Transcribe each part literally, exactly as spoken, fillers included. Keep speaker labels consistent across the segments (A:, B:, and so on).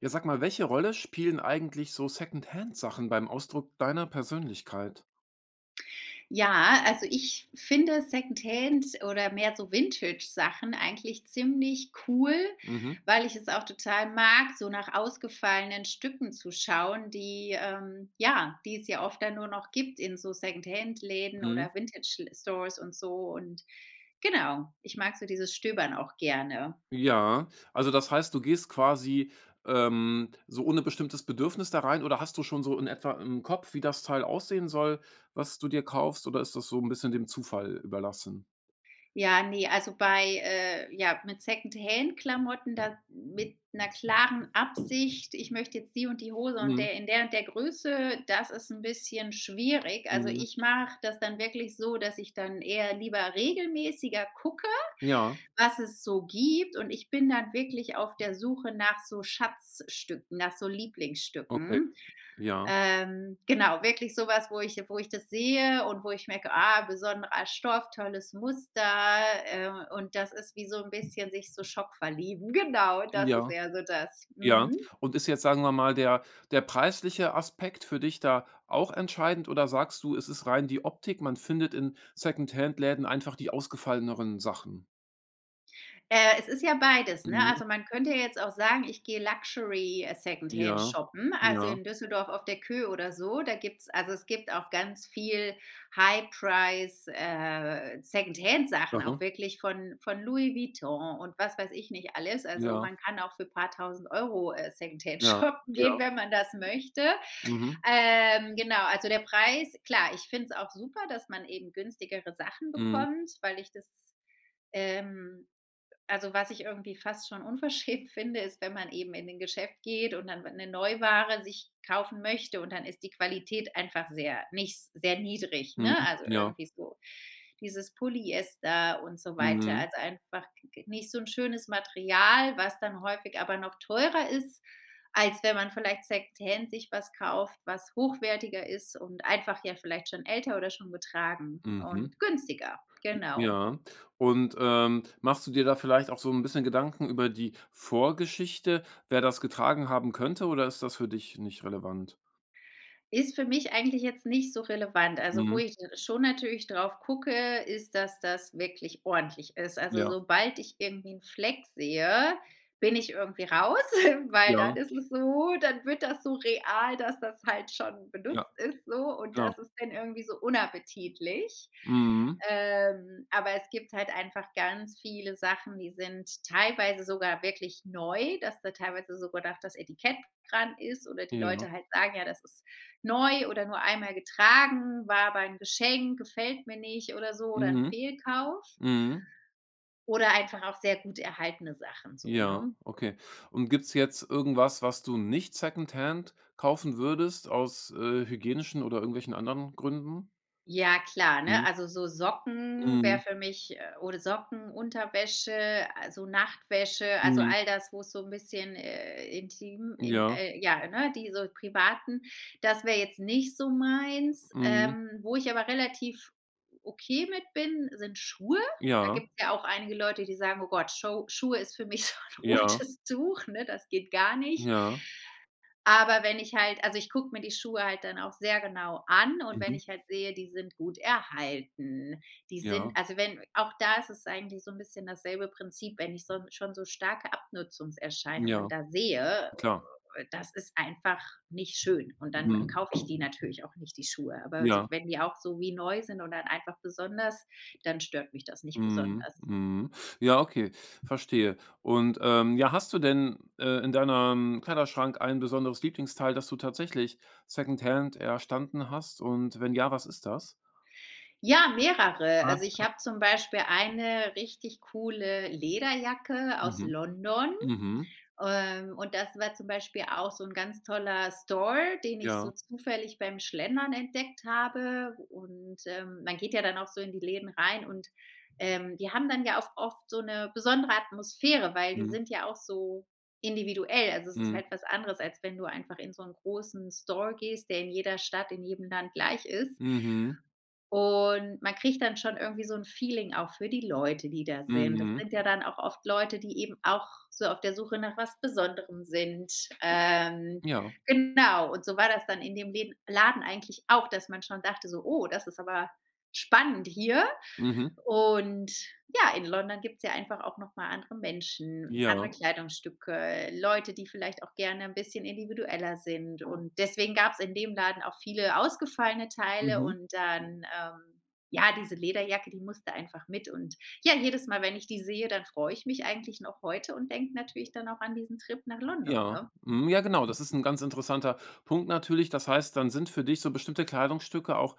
A: Ja, sag mal, welche Rolle spielen eigentlich so Secondhand-Sachen beim Ausdruck deiner Persönlichkeit?
B: Ja, also ich finde Secondhand oder mehr so Vintage-Sachen eigentlich ziemlich cool,
A: Mhm.
B: weil ich es auch total mag, so nach ausgefallenen Stücken zu schauen, die, ähm, ja, die es ja oft dann nur noch gibt in so Secondhand-Läden
A: Mhm.
B: oder Vintage-Stores und so. Und genau, ich mag so dieses Stöbern auch gerne.
A: Ja, also das heißt, du gehst quasi, ähm, so ohne bestimmtes Bedürfnis da rein oder hast du schon so in etwa im Kopf, wie das Teil aussehen soll, was du dir kaufst, oder ist das so ein bisschen dem Zufall überlassen?
B: Ja, ne, also bei äh, ja, mit Secondhand-Klamotten, da mit einer klaren Absicht: „Ich möchte jetzt die und die Hose und
A: Mhm,
B: der in der und der Größe“, das ist ein bisschen schwierig. Also,
A: mhm.
B: ich mache das dann wirklich so, dass ich dann eher lieber regelmäßiger gucke,
A: Ja,
B: was es so gibt. Und ich bin dann wirklich auf der Suche nach so Schatzstücken, nach so
A: okay,
B: Lieblingsstücken.
A: ja,
B: Ähm, genau, wirklich so was, wo ich wo ich das sehe und wo ich merke: „Ah, besonderer Stoff, tolles Muster“, äh, und das ist wie so ein bisschen sich so schock verlieben. Genau, das ist
A: ja.
B: eher so das.
A: Ja.
B: Mhm.
A: Und ist jetzt, sagen wir mal, der der preisliche Aspekt für dich da auch entscheidend oder sagst du, es ist rein die Optik, man findet in Secondhand Läden einfach die ausgefalleneren Sachen?
B: Äh, es ist ja beides, ne?
A: Mhm.
B: Also, man könnte ja jetzt auch sagen, ich gehe Luxury, äh, Secondhand
A: Ja,
B: shoppen, also
A: ja.
B: in Düsseldorf auf der Kö oder so. Da gibt's also, es gibt auch ganz viel High Price, äh, Secondhand-Sachen, auch
A: Aha.
B: wirklich von von Louis Vuitton und was weiß ich nicht alles. Also,
A: Ja,
B: man kann auch für ein paar tausend Euro äh, Secondhand
A: ja,
B: shoppen
A: ja.
B: gehen, wenn man das möchte.
A: Mhm.
B: Ähm, genau, also der Preis klar, ich finde es auch super, dass man eben günstigere Sachen
A: Mhm.
B: bekommt, weil ich das, ähm also, was ich irgendwie fast schon unverschämt finde, ist, wenn man eben in den Geschäft geht und dann eine Neuware sich kaufen möchte und dann ist die Qualität einfach sehr nicht sehr niedrig,
A: Mhm.
B: ne? Also,
A: Ja.
B: irgendwie so dieses Polyester und so weiter.
A: Mhm.
B: Also, einfach nicht so ein schönes Material, was dann häufig aber noch teurer ist, als wenn man vielleicht Secondhand sich was kauft, was hochwertiger ist und einfach ja vielleicht schon älter oder schon getragen
A: Mhm.
B: und günstiger,
A: J
B: genau.
A: ja. Und, ähm, machst du dir da vielleicht auch so ein bisschen Gedanken über die Vorgeschichte, wer das getragen haben könnte, oder ist das für dich nicht relevant?
B: Ist für mich eigentlich jetzt nicht so relevant. Also, wo
A: Mhm.
B: ich schon natürlich drauf gucke, ist, dass das wirklich ordentlich ist. Also,
A: Ja,
B: sobald ich irgendwie 'n Fleck sehe, bin ich irgendwie raus, weil
A: ja,
B: dann ist es so dann wird das so real, dass das halt schon
A: ja.
B: benutzt ist so und
A: Klar.
B: das ist dann irgendwie so unappetitlich.
A: Mhm.
B: Ähm, aber es gibt halt einfach ganz viele Sachen, die sind teilweise sogar wirklich neu, dass da teilweise sogar noch das Etikett dran ist oder die
A: Ja.
B: Leute halt sagen: „Ja, das ist neu oder nur einmal getragen, war aber ein Geschenk, gefällt mir nicht oder so oder ein
A: Mhm.
B: Fehlkauf
A: Mhm.
B: oder einfach auch sehr gut erhaltene Sachen so“,
A: Ja,
B: ne?
A: okay. Und gibt's jetzt irgendwas, was du nicht secondhand kaufen würdest aus, äh, hygienischen oder irgendwelchen anderen Gründen?
B: Ja, klar, ne?
A: Mhm.
B: Also, so Socken
A: Mhm.
B: wäre für mich äh, oder Socken, Unterwäsche, äh, so Nachtwäsche, also
A: Mhm.
B: all das, wo es so ein bisschen, äh, intim in
A: Ja.
B: äh, ja, ne, die so privaten, das wäre jetzt nicht so meins.
A: Mhm.
B: Ähm, wo ich aber relativ okay mit bin, sind Schuhe. Da
A: Ja.
B: gibt es ja auch einige Leute, die sagen: „Oh Gott, Scho Schuhe ist für mich so ein
A: Ja.
B: rotes Tuch, ne, das geht gar nicht.“
A: Ja.
B: Aber wenn ich halt also, ich gucke mir die Schuhe halt dann auch sehr genau an und wenn
A: Mhm.
B: ich halt sehe, die sind gut erhalten, die sind
A: Ja.
B: also, wenn auch da ist es eigentlich so ein bisschen dasselbe Prinzip, wenn ich so schon so starke Abnutzungserscheinungen
A: Ja.
B: da sehe,
A: Klar.
B: das ist einfach nicht schön. Und dann
A: Mhm.
B: kaufe ich die natürlich auch nicht, die Schuhe. Aber so
A: Ja.
B: wenn die auch so wie neu sind und dann einfach besonders, dann stört mich das nicht
A: Mhm,
B: besonders.
A: mhm. Ja, okay, verstehe. Und, ähm, ja, hast du denn, äh, in deinem Kleiderschrank ein besonderes Lieblingsteil, das du tatsächlich secondhand erstanden hast? Und wenn ja, was ist das?
B: Ja, mehrere. Also,
A: Ah,
B: ich habe zum Beispiel eine richtig coole Lederjacke aus
A: mhm,
B: London,
A: mhm,
B: ähm, und das war zum Beispiel auch so ein ganz toller Store, den ich
A: ja,
B: so zufällig beim Schlendern entdeckt habe. Und, ähm, man geht ja dann auch so in die Läden rein und, ähm, die haben dann ja auch oft so eine besondere Atmosphäre, weil die
A: mhm,
B: sind ja auch so individuell. Also, es ist
A: mhm,
B: halt was anderes, als wenn du einfach in so einen großen Store gehst, der in jeder Stadt, in jedem Land gleich ist.
A: mhm,
B: Und man kriegt dann schon irgendwie so ein Feeling auch für die Leute, die da sind. Das
A: mhm,
B: sind ja dann auch oft Leute, die eben auch so auf der Suche nach was Besonderem sind. Ähm,
A: ja,
B: genau, und so war das dann in dem Läden Laden eigentlich auch, dass man schon dachte so: „Oh, das ist aber spannend hier.“
A: mhm,
B: Und ja, in London gibt's ja einfach auch noch mal andere Menschen,
A: ja,
B: andere Kleidungsstücke, Leute, die vielleicht auch gerne ein bisschen individueller sind. Und deswegen gab's in dem Laden auch viele ausgefallene Teile
A: mhm.
B: und dann, ähm, ja, diese Lederjacke, die musste einfach mit. Und ja, jedes Mal, wenn ich die sehe, dann freue ich mich eigentlich noch heute und denke natürlich dann auch an diesen Trip nach London,
A: Ja,
B: ne?
A: mhm, ja genau, das ist ein ganz interessanter Punkt natürlich. Das heißt, dann sind für dich so bestimmte Kleidungsstücke auch,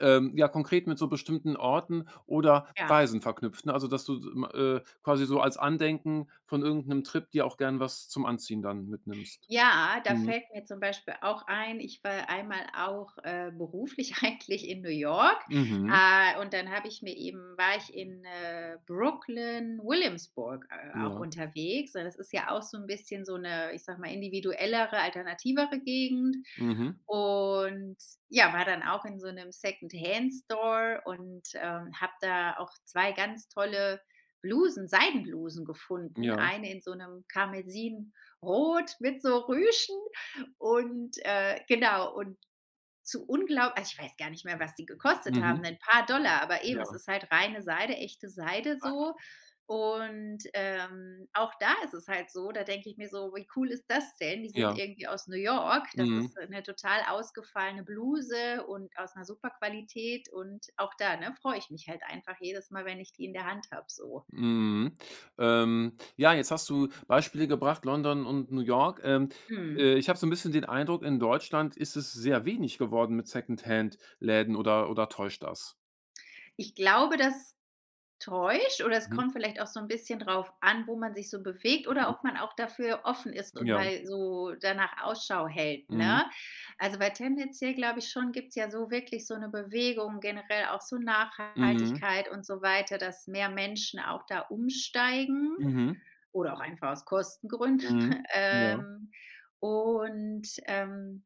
A: ähm, ja, konkret mit so bestimmten Orten oder
B: Ja.
A: Reisen verknüpft, ne? Also, dass du, m äh, quasi so als Andenken von irgendeinem Trip dir auch gern was zum Anziehen dann mitnimmst.
B: Ja, da
A: Mhm.
B: fällt mir zum Beispiel auch ein, ich war einmal auch, äh, beruflich eigentlich in New York,
A: Mhm.
B: äh, und dann habe ich mir eben war ich in, äh, Brooklyn, Williamsburg, äh, auch
A: Ja.
B: unterwegs. Und das ist ja auch so ein bisschen so eine, ich sage mal, individuellere, alternativere Gegend.
A: Mhm.
B: Und ja, war dann auch in so 'nem Secondhand-Store und, ähm, habe da auch zwei ganz tolle Blusen, Seidenblusen gefunden,
A: Ja.
B: eine in so einem Karmesin. Brot mit so Rüschen und, äh, genau, und zu unglaublich. Also, ich weiß gar nicht mehr, was die gekostet
A: Mhm.
B: haben, ein paar Dollar, aber eben, es
A: Ja.
B: ist halt reine Seide, echte Seide so. Und, ähm, auch da ist es halt so, da denke ich mir so: „Wie cool ist das denn?“ Die sind
A: Ja.
B: irgendwie aus New York. Das
A: Mhm.
B: ist eine total ausgefallene Bluse und aus einer super Qualität und auch da, ne, freue ich mich halt einfach jedes Mal, wenn ich die in der Hand habe so.
A: Mhm. Ähm, ja, jetzt hast du Beispiele gebracht, London und New York. Ähm,
B: Mhm.
A: äh, ich habe so ein bisschen den Eindruck, in Deutschland ist es sehr wenig geworden mit Secondhand-Läden oder oder täuscht das?
B: Ich glaube, dass Täuscht oder es
A: Mhm,
B: kommt vielleicht auch so ein bisschen drauf an, wo man sich so bewegt oder
A: mhm,
B: ob man auch dafür offen ist und
A: ja.
B: mal so danach Ausschau hält,
A: Mhm,
B: ne? Also, weil tendenziell, glaube ich schon, gibt's ja so wirklich so eine Bewegung, generell auch so
A: mhm,
B: Nachhaltigkeit und so weiter, dass mehr Menschen auch da umsteigen
A: mhm,
B: oder auch einfach aus Kostengründen.
A: mhm, ja,
B: Ähm, und, ähm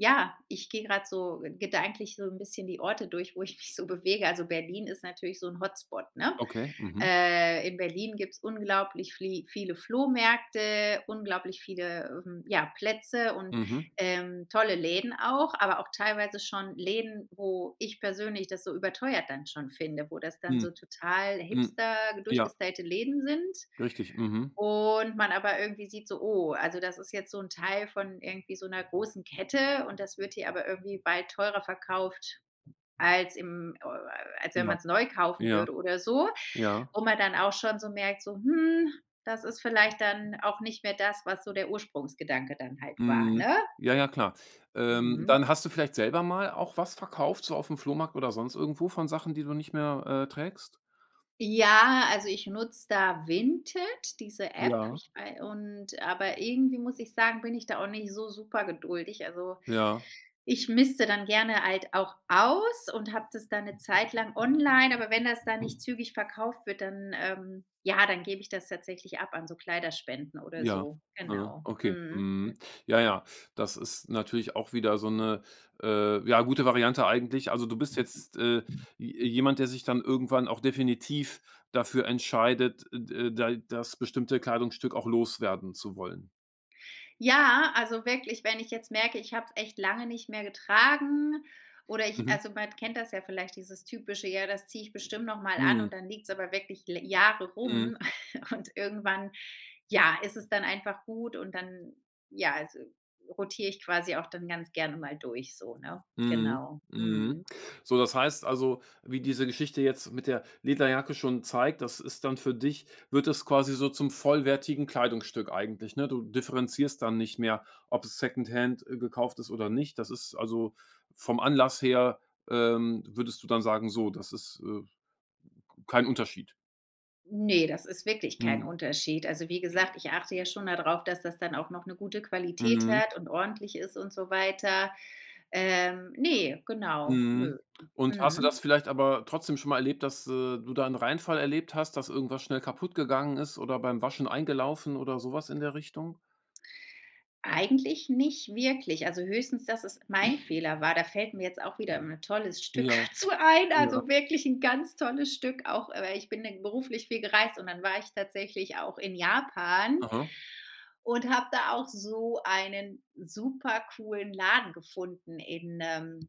B: ja, ich gehe gerade so gedanklich so ein bisschen die Orte durch, wo ich mich so bewege. Also, Berlin ist natürlich so ein Hotspot, ne?
A: okay, mhm,
B: Äh, in Berlin gibt's unglaublich vli viele Flohmärkte, unglaublich viele, ähm, ja, Plätze und,
A: mhm,
B: ähm, tolle Läden auch, aber auch teilweise schon Läden, wo ich persönlich das so überteuert dann schon finde, wo das dann
A: mhm,
B: so total
A: mhm.
B: hipster
A: Ja,
B: durchgestylte Läden sind.
A: richtig, mhm.
B: Und man aber irgendwie sieht so: „Oh, also das ist jetzt so ein Teil von irgendwie so einer großen Kette und das wird hier aber irgendwie bald teurer verkauft als im äh, als wenn
A: Ja,
B: man es neu kaufen
A: ja,
B: würde oder so.“
A: ja.
B: Wo man dann auch schon so merkt, so: „Hm, das ist vielleicht dann auch nicht mehr das, was so der Ursprungsgedanke dann halt war“,
A: Mhm.
B: ne?
A: Ja, ja, klar. Ähm,
B: Mhm.
A: dann hast du vielleicht selber mal auch was verkauft, so auf dem Flohmarkt oder sonst irgendwo von Sachen, die du nicht mehr, äh, trägst?
B: Ja, also ich nutze da Vinted, diese App,
A: Ja,
B: ich wei und aber irgendwie muss ich sagen, bin ich da auch nicht so super geduldig. Also
A: ja,
B: ich miste dann gerne halt auch aus und habe das dann eine Zeit lang online, aber wenn das dann nicht zügig verkauft wird, dann ähm, ja, dann gebe ich das tatsächlich ab an so Kleiderspenden oder
A: ja.
B: so.
A: Ja,
B: Genau.
A: okay.
B: Mhm.
A: Mhm. Ja, ja. Das ist natürlich auch wieder so eine äh, ja, gute Variante eigentlich. Also, du bist jetzt, äh, j jemand, der sich dann irgendwann auch definitiv dafür entscheidet, äh, da das bestimmte Kleidungsstück auch loswerden zu wollen.
B: Ja, also wirklich, wenn ich jetzt merke, ich habe es echt lange nicht mehr getragen oder ich
A: Mhm.
B: also, man kennt das ja vielleicht, dieses typische: „Ja, das ziehe ich bestimmt noch mal an“
A: Mhm.
B: und dann liegt's aber wirklich l Jahre
A: Mhm.
B: rum und irgendwann, ja, ist es dann einfach gut und dann, ja, also, rotiere ich quasi auch dann ganz gerne mal durch so, ne?
A: Mhm,
B: Genau.
A: mhm.
B: Mhm.
A: So, das heißt also, wie diese Geschichte jetzt mit der Lederjacke schon zeigt, das ist dann für dich wird es quasi so zum vollwertigen Kleidungsstück eigentlich, ne? Du differenzierst dann nicht mehr, ob es Secondhand, äh, gekauft ist oder nicht. Das ist also vom Anlass her, ähm, würdest du dann sagen: „So, das ist, äh, kein Unterschied.“
B: Ne, das ist wirklich kein
A: Mhm,
B: Unterschied. Also, wie gesagt, ich achte ja schon darauf, dass das dann auch noch eine gute Qualität
A: mhm.
B: hat und ordentlich ist und so weiter. Ähm, ne, genau,
A: Mhm.
B: nö.
A: Und hast du das
B: Mhm.
A: vielleicht aber trotzdem schon mal erlebt, dass, äh, du da einen Reinfall erlebt hast, dass irgendwas schnell kaputt gegangen ist oder beim Waschen eingelaufen oder sowas in der Richtung?
B: Eigentlich nicht wirklich. Also, höchstens, dass es mein Fehler war. Da fällt mir jetzt auch wieder ein tolles Stück
A: Ja,
B: zu ein,
A: ja,
B: also, wirklich ein ganz tolles Stück auch, äh ich bin dann beruflich viel gereist und dann war ich tatsächlich auch in Japan
A: aha,
B: und habe da auch so einen super coolen Laden gefunden in, ähm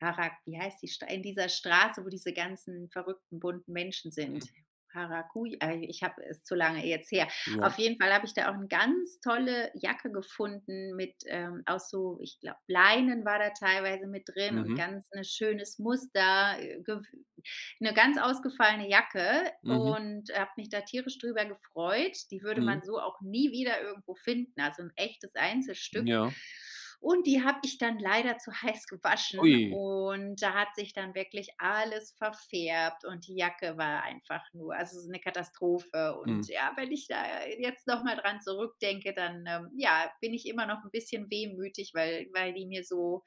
B: Harak wie heißt die Sta in dieser Straße, wo diese ganzen verrückten bunten Menschen sind? Haraguj ah, ich habe es zu lange jetzt her.
A: ja,
B: Auf jeden Fall habe ich da auch eine ganz tolle Jacke gefunden mit, ähm aus so, ich glaube Leinen war da teilweise mit drin und
A: mhm,
B: ganz ein schönes Muster, äh, gew eine ganz ausgefallene Jacke
A: mhm,
B: und habe mich da tierisch drüber gefreut. Die würde
A: mhm,
B: man so auch nie wieder irgendwo finden, also ein echtes Einzelstück.
A: ja.
B: Und die habe ich dann leider zu heiß gewaschen
A: Ui,
B: und da hat sich dann wirklich alles verfärbt und die Jacke war einfach nur, also so 'ne Katastrophe. Und
A: mhm,
B: ja, wenn ich da jetzt noch mal dran zurückdenke, dann, ähm, ja, bin ich immer noch ein bisschen wehmütig, weil weil die mir so,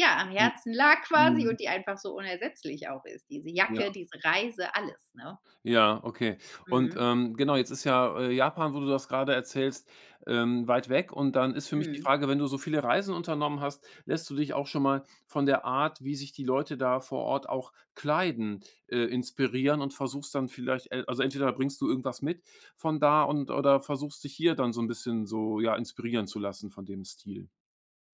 B: ja, am
A: m
B: Herzen lag quasi
A: mhm,
B: und die einfach so unersetzlich auch ist. Diese
A: ja.
B: Jacke, diese Reise, alles, ne?
A: Ja, okay. Und,
B: Mhm.
A: ähm, genau, jetzt ist ja, äh, Japan, wo du das gerade erzählst, ähm, weit weg und dann ist für mich die
B: Mhm.
A: Frage, wenn du so viele Reisen unternommen hast, lässt du dich auch schon mal von der Art, wie sich die Leute da vor Ort auch kleiden, äh, inspirieren und versuchst dann vielleicht el also entweder bringst du irgendwas mit von da und oder versuchst dich hier dann so ein bisschen so, ja, inspirieren zu lassen von dem Stil.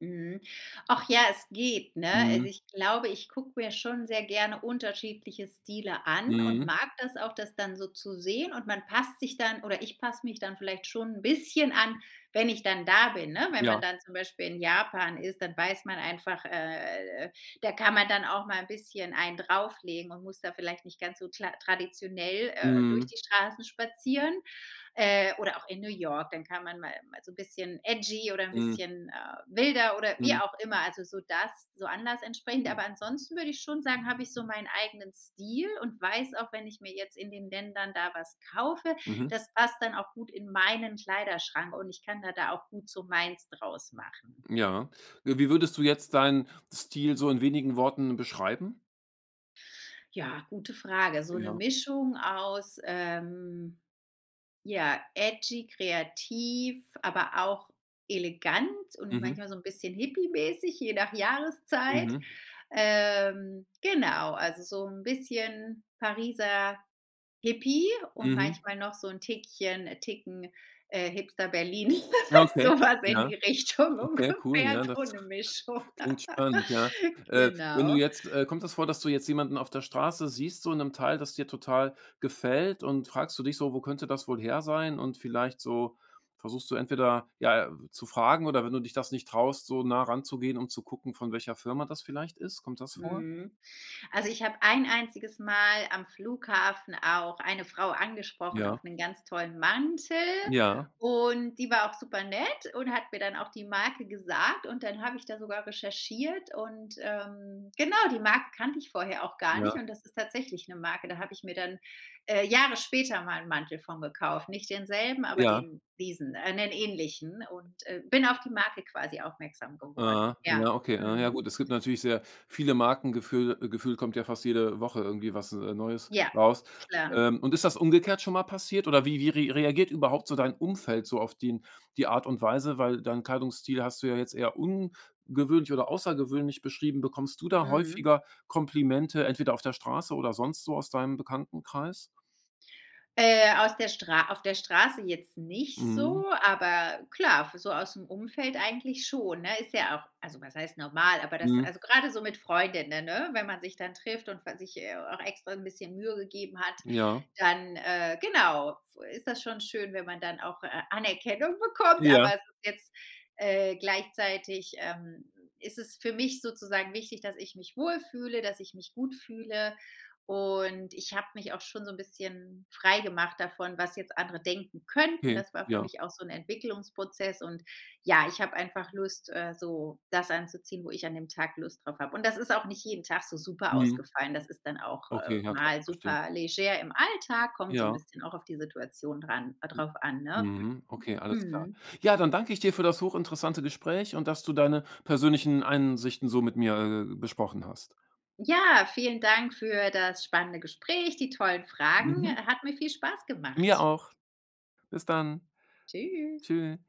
B: Mhm. Ach ja, es geht, ne? Also,
A: Mhm.
B: ich glaube, ich gucke mir schon sehr gerne unterschiedliche Stile an und
A: Mhm.
B: mag das auch, das dann so zu sehen, und man passt sich dann, oder ich passe mich dann vielleicht schon ein bisschen an, wenn ich dann da bin, ne? Wenn man
A: Ja.
B: dann zum Beispiel in Japan ist, dann weiß man einfach, äh, da kann man dann auch mal ein bisschen einen drauflegen und muss da vielleicht nicht ganz so kla traditionell, äh, durch
A: Mhm.
B: die Straßen spazieren. Äh, oder auch in New York, dann kann man mal mal so ein bisschen edgy oder ein
A: Mhm.
B: bisschen, äh, wilder oder wie
A: Mhm.
B: auch immer, also so das so anders entsprechend. Aber ansonsten würde ich schon sagen, habe ich so meinen eigenen Stil und weiß auch, wenn ich mir jetzt in den Ländern da was kaufe,
A: Mhm.
B: das passt dann auch gut in meinen Kleiderschrank und ich kann da da auch gut so meins draus machen.
A: Ja. Äh, wie würdest du jetzt deinen Stil so in wenigen Worten beschreiben?
B: Ja, gute Frage. So eine
A: Ja.
B: Mischung aus, ähm ja, edgy, kreativ, aber auch elegant und
A: Mhm.
B: manchmal so ein bisschen mäßig je nach Jahreszeit.
A: Mhm.
B: Ähm, genau, also so ein bisschen Pariser Hippie und
A: Mhm.
B: manchmal noch so ein Tickchen äh, Ticken, äh, Hipster Berlin,
A: Ja, okay.
B: sowas in
A: Ja.
B: die Richtung
A: Okay, cool,
B: ungefähr,
A: ja,
B: so
A: das
B: 'ne Mischung.
A: klingt spannend, ja. Äh, wenn du
B: Genau.
A: jetzt äh, kommt das vor, dass du jetzt jemanden auf der Straße siehst, so in 'nem Teil, das dir total gefällt und fragst du dich so: „Wo könnte das wohl her sein?“ Und vielleicht so versuchst du entweder, ja, äh, zu fragen oder wenn du dich das nicht traust, so nah ranzugehen, um zu gucken, von welcher Firma das vielleicht ist. Kommt das vor?
B: Mhm. Also, ich habe ein einziges Mal am Flughafen auch eine Frau angesprochen
A: Ja.
B: auf 'nen ganz tollen Mantel
A: Ja.
B: und die war auch super nett und hat mir dann auch die Marke gesagt und dann habe ich da sogar recherchiert und, ähm, genau, die Marke kannte ich vorher auch gar nicht
A: Ja.
B: und das ist tatsächlich 'ne Marke. Da habe ich mir dann, äh, Jahre später mal 'n Mantel von gekauft. Nicht denselben, aber
A: Ja.
B: den diesen, äh, 'nen ähnlichen und, äh, bin auf die Marke quasi aufmerksam
A: Ah
B: geworden. Ja.
A: ja, okay. Ah, ja gut,
B: Mhm.
A: es gibt natürlich sehr viele Marken, gefühl äh, gefühlt kommt ja fast jede Woche irgendwie was, äh, Neues
B: Ja,
A: raus.
B: klar.
A: Ähm, und ist das umgekehrt schon mal passiert oder wie wie re reagiert überhaupt so dein Umfeld so auf den die Art und Weise? Weil deinen Kleidungsstil hast du ja jetzt eher ungewöhnlich oder außergewöhnlich beschrieben. Bekommst du da
B: Mhm.
A: häufiger Komplimente, entweder auf der Straße oder sonst so aus deinem Bekanntenkreis?
B: Äh, aus der Stra auf der Straße jetzt nicht
A: Mhm,
B: so, aber klar, so aus dem Umfeld eigentlich schon, ne? Ist ja auch, also, was heißt normal, aber das,
A: mhm,
B: also, gerade so mit Freundinnen, ne, wenn man sich dann trifft und sich, äh, auch extra ein bisschen Mühe gegeben hat,
A: ja.
B: dann, äh, genau, ist das schon schön, wenn man dann auch, äh, Anerkennung bekommt,
A: Ja,
B: aber es ist jetzt, äh, gleichzeitig, ähm, ist es für mich sozusagen wichtig, dass ich mich wohlfühle, dass ich mich gut fühle. Und ich habe mich auch schon so ein bisschen frei gemacht davon, was jetzt andere denken könnten.
A: okay,
B: Das war für
A: ja.
B: mich auch so ein Entwicklungsprozess und ja, ich habe einfach Lust, äh, so das anzuziehen, wo ich an dem Tag Lust drauf habe. Und das ist auch nicht jeden Tag so super
A: Mhm,
B: ausgefallen. Das ist dann auch,
A: okay,
B: äh,
A: ja klar,
B: mal
A: verstehe.
B: super leger im Alltag, kommt so ein
A: Ja.
B: bisschen auch auf die Situation dran äh, drauf an, ne?
A: Mhm. Okay, alles klar.
B: Mhm.
A: Ja, dann danke ich dir für das hochinteressante Gespräch und dass du deine persönlichen Einsichten so mit mir, äh, besprochen hast.
B: Ja, vielen Dank für das spannende Gespräch, die tollen Fragen.
A: Mhm.
B: Hat mir viel Spaß
A: Mir
B: gemacht.
A: auch. Bis dann.
B: Tschüss.
A: Tschüss.